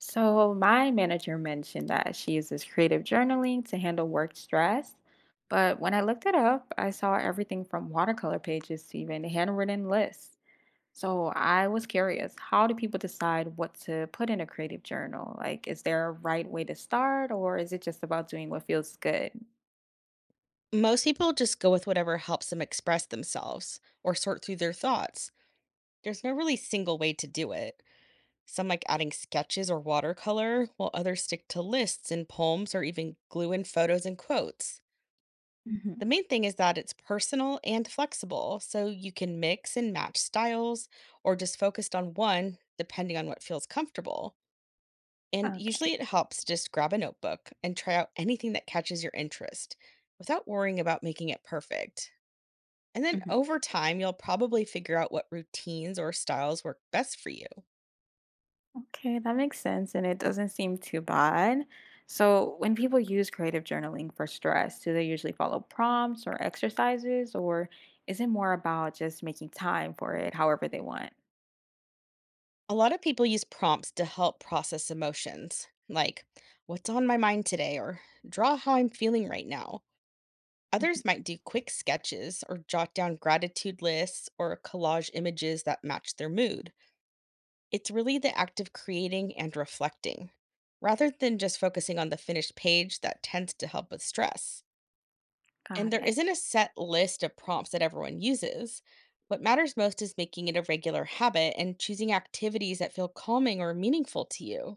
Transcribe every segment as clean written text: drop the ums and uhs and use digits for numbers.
So, my manager mentioned that she uses creative journaling to handle work stress. But when I looked it up, I saw everything from watercolor pages to even handwritten lists. So, I was curious, how do people decide what to put in a creative journal? Like, is there a right way to start, or is it just about doing what feels good? Most people just go with whatever helps them express themselves or sort through their thoughts. There's no really single way to do it. Some like adding sketches or watercolor, while others stick to lists and poems or even glue in photos and quotes. Hmm. The main thing is that it's personal and flexible, so you can mix and match styles or just focused on one depending on what feels comfortable. And usually Okay. it helps to just grab a notebook and try out anything that catches your interest without worrying about making it perfect. And then Mhm. over time, you'll probably figure out what routines or styles work best for you. Okay, that makes sense, and it doesn't seem too bad. So, when people use creative journaling for stress, do they usually follow prompts or exercises, or is it more about just making time for it however they want? A lot of people use prompts to help process emotions, like what's on my mind today or draw how I'm feeling right now. Mhm. Others might do quick sketches or jot down gratitude lists or collage images that match their mood. It's really the act of creating and reflecting, rather than just focusing on the finished page that tends to help with stress. And Got there it. isn't a set list of prompts that everyone uses. What matters most is making it a regular habit and choosing activities that feel calming or meaningful to you.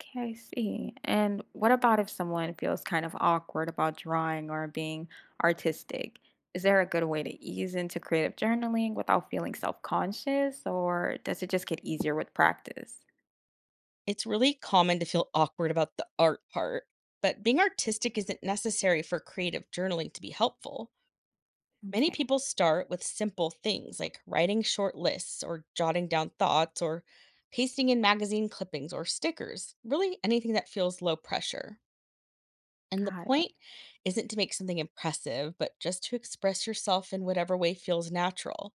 Okay, I see. And what about if someone feels kind of awkward about drawing or being artistic? Is there a good way to ease into creative journaling without feeling self-conscious, or does it just get easier with practice? It's really common to feel awkward about the art part, but being artistic isn't necessary for creative journaling to be helpful. Many Okay, people start with simple things like writing short lists or jotting down thoughts or pasting in magazine clippings or stickers, really anything that feels low pressure. And the got it. point isn't to make something impressive, but just to express yourself in whatever way feels natural.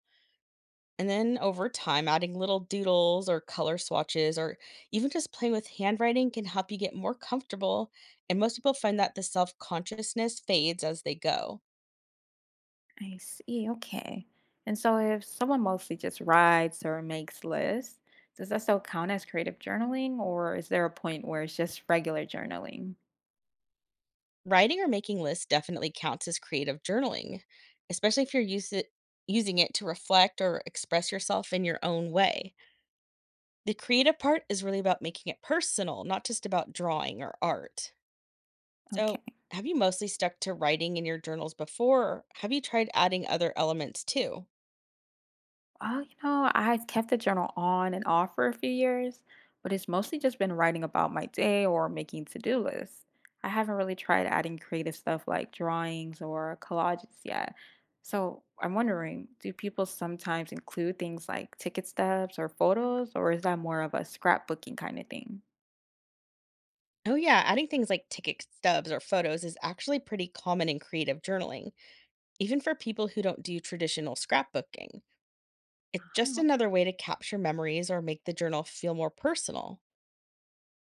And then over time, adding little doodles or color swatches or even just playing with handwriting can help you get more comfortable. And most people find that the self consciousness fades as they go. I see. Okay. And so if someone mostly just writes or makes lists, does that still count as creative journaling, or is there a point where it's just regular journaling? Writing or making lists definitely counts as creative journaling, especially if you're use it, using it to reflect or express yourself in your own way. The creative part is really about making it personal, not just about drawing or art. Okay. So, have you mostly stuck to writing in your journals before? Or have you tried adding other elements too? Oh, you know, I kept the journal on and off for a few years, but it's mostly just been writing about my day or making to-do lists. I haven't really tried adding creative stuff like drawings or collages yet. So I'm wondering, do people sometimes include things like ticket stubs or photos, or is that more of a scrapbooking kind of thing? Oh, yeah, adding things like ticket stubs or photos is actually pretty common in creative journaling, even for people who don't do traditional scrapbooking. It's just Uh-huh. another way to capture memories or make the journal feel more personal.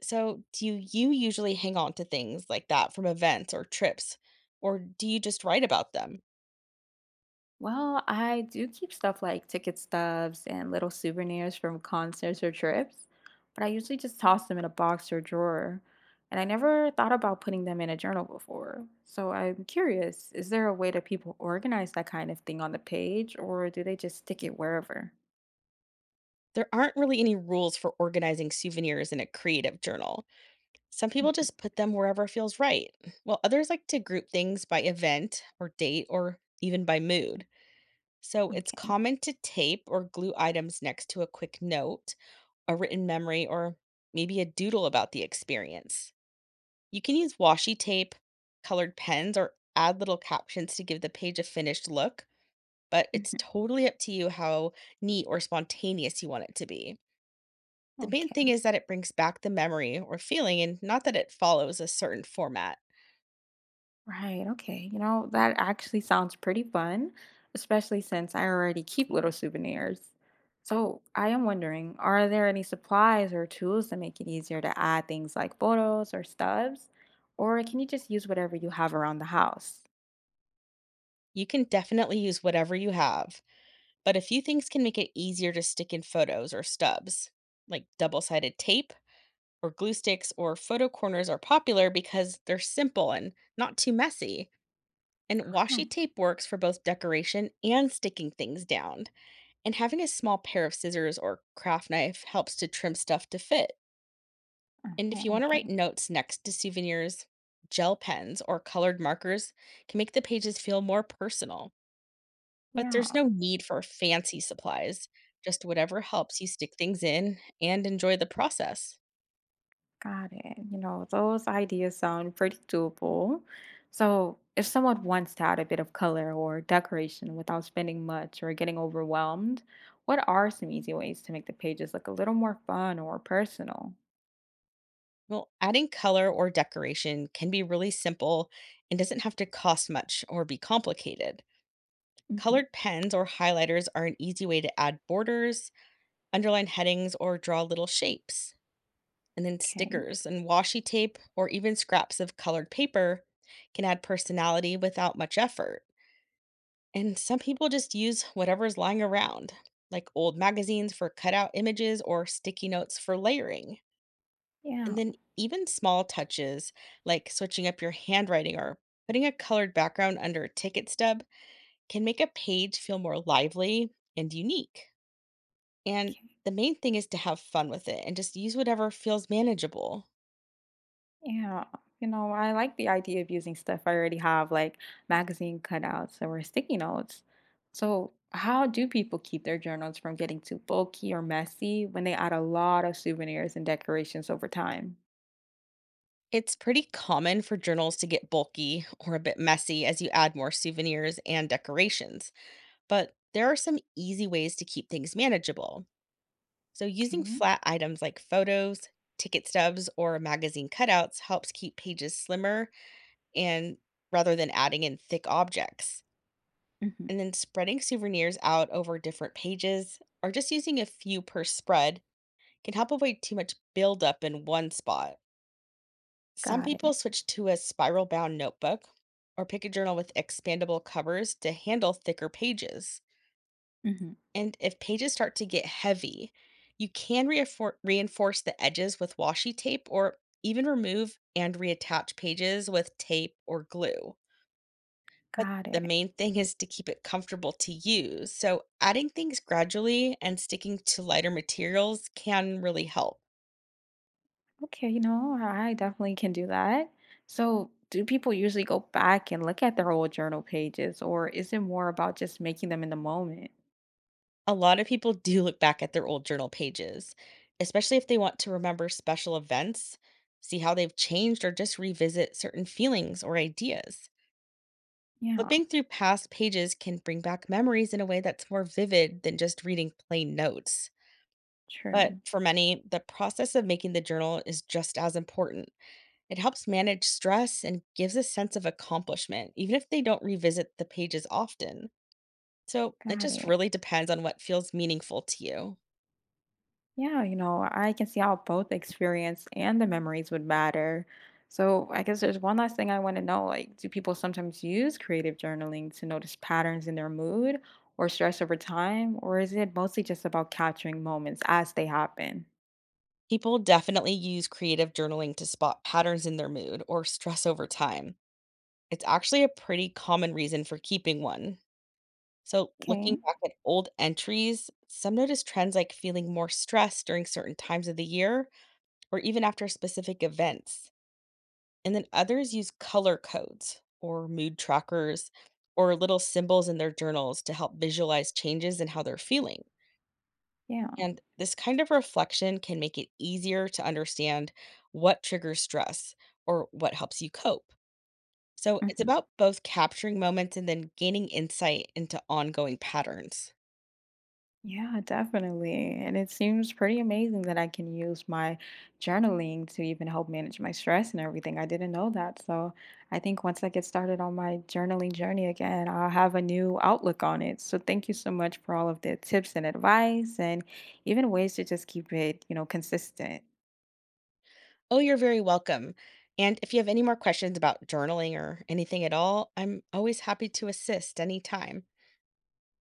So, do you usually hang on to things like that from events or trips, or do you just write about them? Well, I do keep stuff like ticket stubs and little souvenirs from concerts or trips, but I usually just toss them in a box or drawer. And I never thought about putting them in a journal before. So I'm curious, is there a way that people organize that kind of thing on the page, or do they just stick it wherever? There aren't really any rules for organizing souvenirs in a creative journal. Some people Mhm. just put them wherever feels right, while others like to group things by event or date or even by mood. So it's Okay. common to tape or glue items next to a quick note, a written memory, or maybe a doodle about the experience. You can use washi tape, colored pens, or add little captions to give the page a finished look, but it's Mhm. totally up to you how neat or spontaneous you want it to be. The main thing Okay. is that it brings back the memory or feeling and not that it follows a certain format. Right, okay. You know, that actually sounds pretty fun, especially since I already keep little souvenirs. So, I am wondering, are there any supplies or tools that make it easier to add things like photos or stubs? Or can you just use whatever you have around the house? You can definitely use whatever you have, but a few things can make it easier to stick in photos or stubs, like double sided tape or glue sticks or photo corners are popular because they're simple and not too messy. And Uh-huh, washi tape works for both decoration and sticking things down. And having a small pair of scissors or craft knife helps to trim stuff to fit. And if uh-huh, you want to okay. write notes next to souvenirs, gel pens or colored markers can make the pages feel more personal. But Yeah. there's no need for fancy supplies, just whatever helps you stick things in and enjoy the process. Got it. You know, those ideas sound pretty doable. So, if someone wants to add a bit of color or decoration without spending much or getting overwhelmed, what are some easy ways to make the pages look a little more fun or personal? Well, adding color or decoration can be really simple and doesn't have to cost much or be complicated. Hmm. Colored pens or highlighters are an easy way to add borders, underline headings, or draw little shapes. And then Okay. stickers and washi tape or even scraps of colored paper can add personality without much effort. And some people just use whatever's lying around, like old magazines for cutout images or sticky notes for layering. Yeah. And then even small touches, like switching up your handwriting or putting a colored background under a ticket stub, can make a page feel more lively and unique. And Okay. the main thing is to have fun with it and just use whatever feels manageable. Yeah, you know, I like the idea of using stuff I already have, like magazine cutouts or sticky notes. So, how do people keep their journals from getting too bulky or messy when they add a lot of souvenirs and decorations over time? It's pretty common for journals to get bulky or a bit messy as you add more souvenirs and decorations, but there are some easy ways to keep things manageable. So, using Okay. flat items like photos, ticket stubs, or magazine cutouts helps keep pages slimmer and rather than adding in thick objects. Hmm. And then spreading souvenirs out over different pages or just using a few per spread can help avoid too much buildup in one spot. Some Got it. people switch to a spiral bound notebook or pick a journal with expandable covers to handle thicker pages. Hmm. And if pages start to get heavy, you can reinforce the edges with washi tape or even remove and reattach pages with tape or glue. But Got the it. main thing is to keep it comfortable to use. So adding things gradually and sticking to lighter materials can really help. Okay, you know, I definitely can do that. So, do people usually go back and look at their old journal pages, or is it more about just making them in the moment? A lot of people do look back at their old journal pages, especially if they want to remember special events, see how they've changed, or just revisit certain feelings or ideas. Yeah, Flipping through past pages can bring back memories in a way that's more vivid than just reading plain notes. But true. for many, the process of making the journal is just as important. It helps manage stress and gives a sense of accomplishment, even if they don't revisit the pages often. So it Got just it. really depends on what feels meaningful to you. Yeah, you know, I can see how both the experience and the memories would matter. So I guess there's one last thing I want to know. Like, do people sometimes use creative journaling to notice patterns in their mood or stress over time? Or is it mostly just about capturing moments as they happen? People definitely use creative journaling to spot patterns in their mood or stress over time. It's actually a pretty common reason for keeping one. So, Okay. looking back at old entries, some notice trends like feeling more stressed during certain times of the year or even after specific events. And then others use color codes or mood trackers or little symbols in their journals to help visualize changes in how they're feeling. Yeah. And this kind of reflection can make it easier to understand what triggers stress or what helps you cope. So it's Mhm. about both capturing moments and then gaining insight into ongoing patterns. Yeah, definitely. And it seems pretty amazing that I can use my journaling to even help manage my stress and everything. I didn't know that. So I think once I get started on my journaling journey again, I'll have a new outlook on it. So thank you so much for all of the tips and advice and even ways to just keep it, consistent. Oh, you're very welcome. And if you have any more questions about journaling or anything at all, I'm always happy to assist anytime.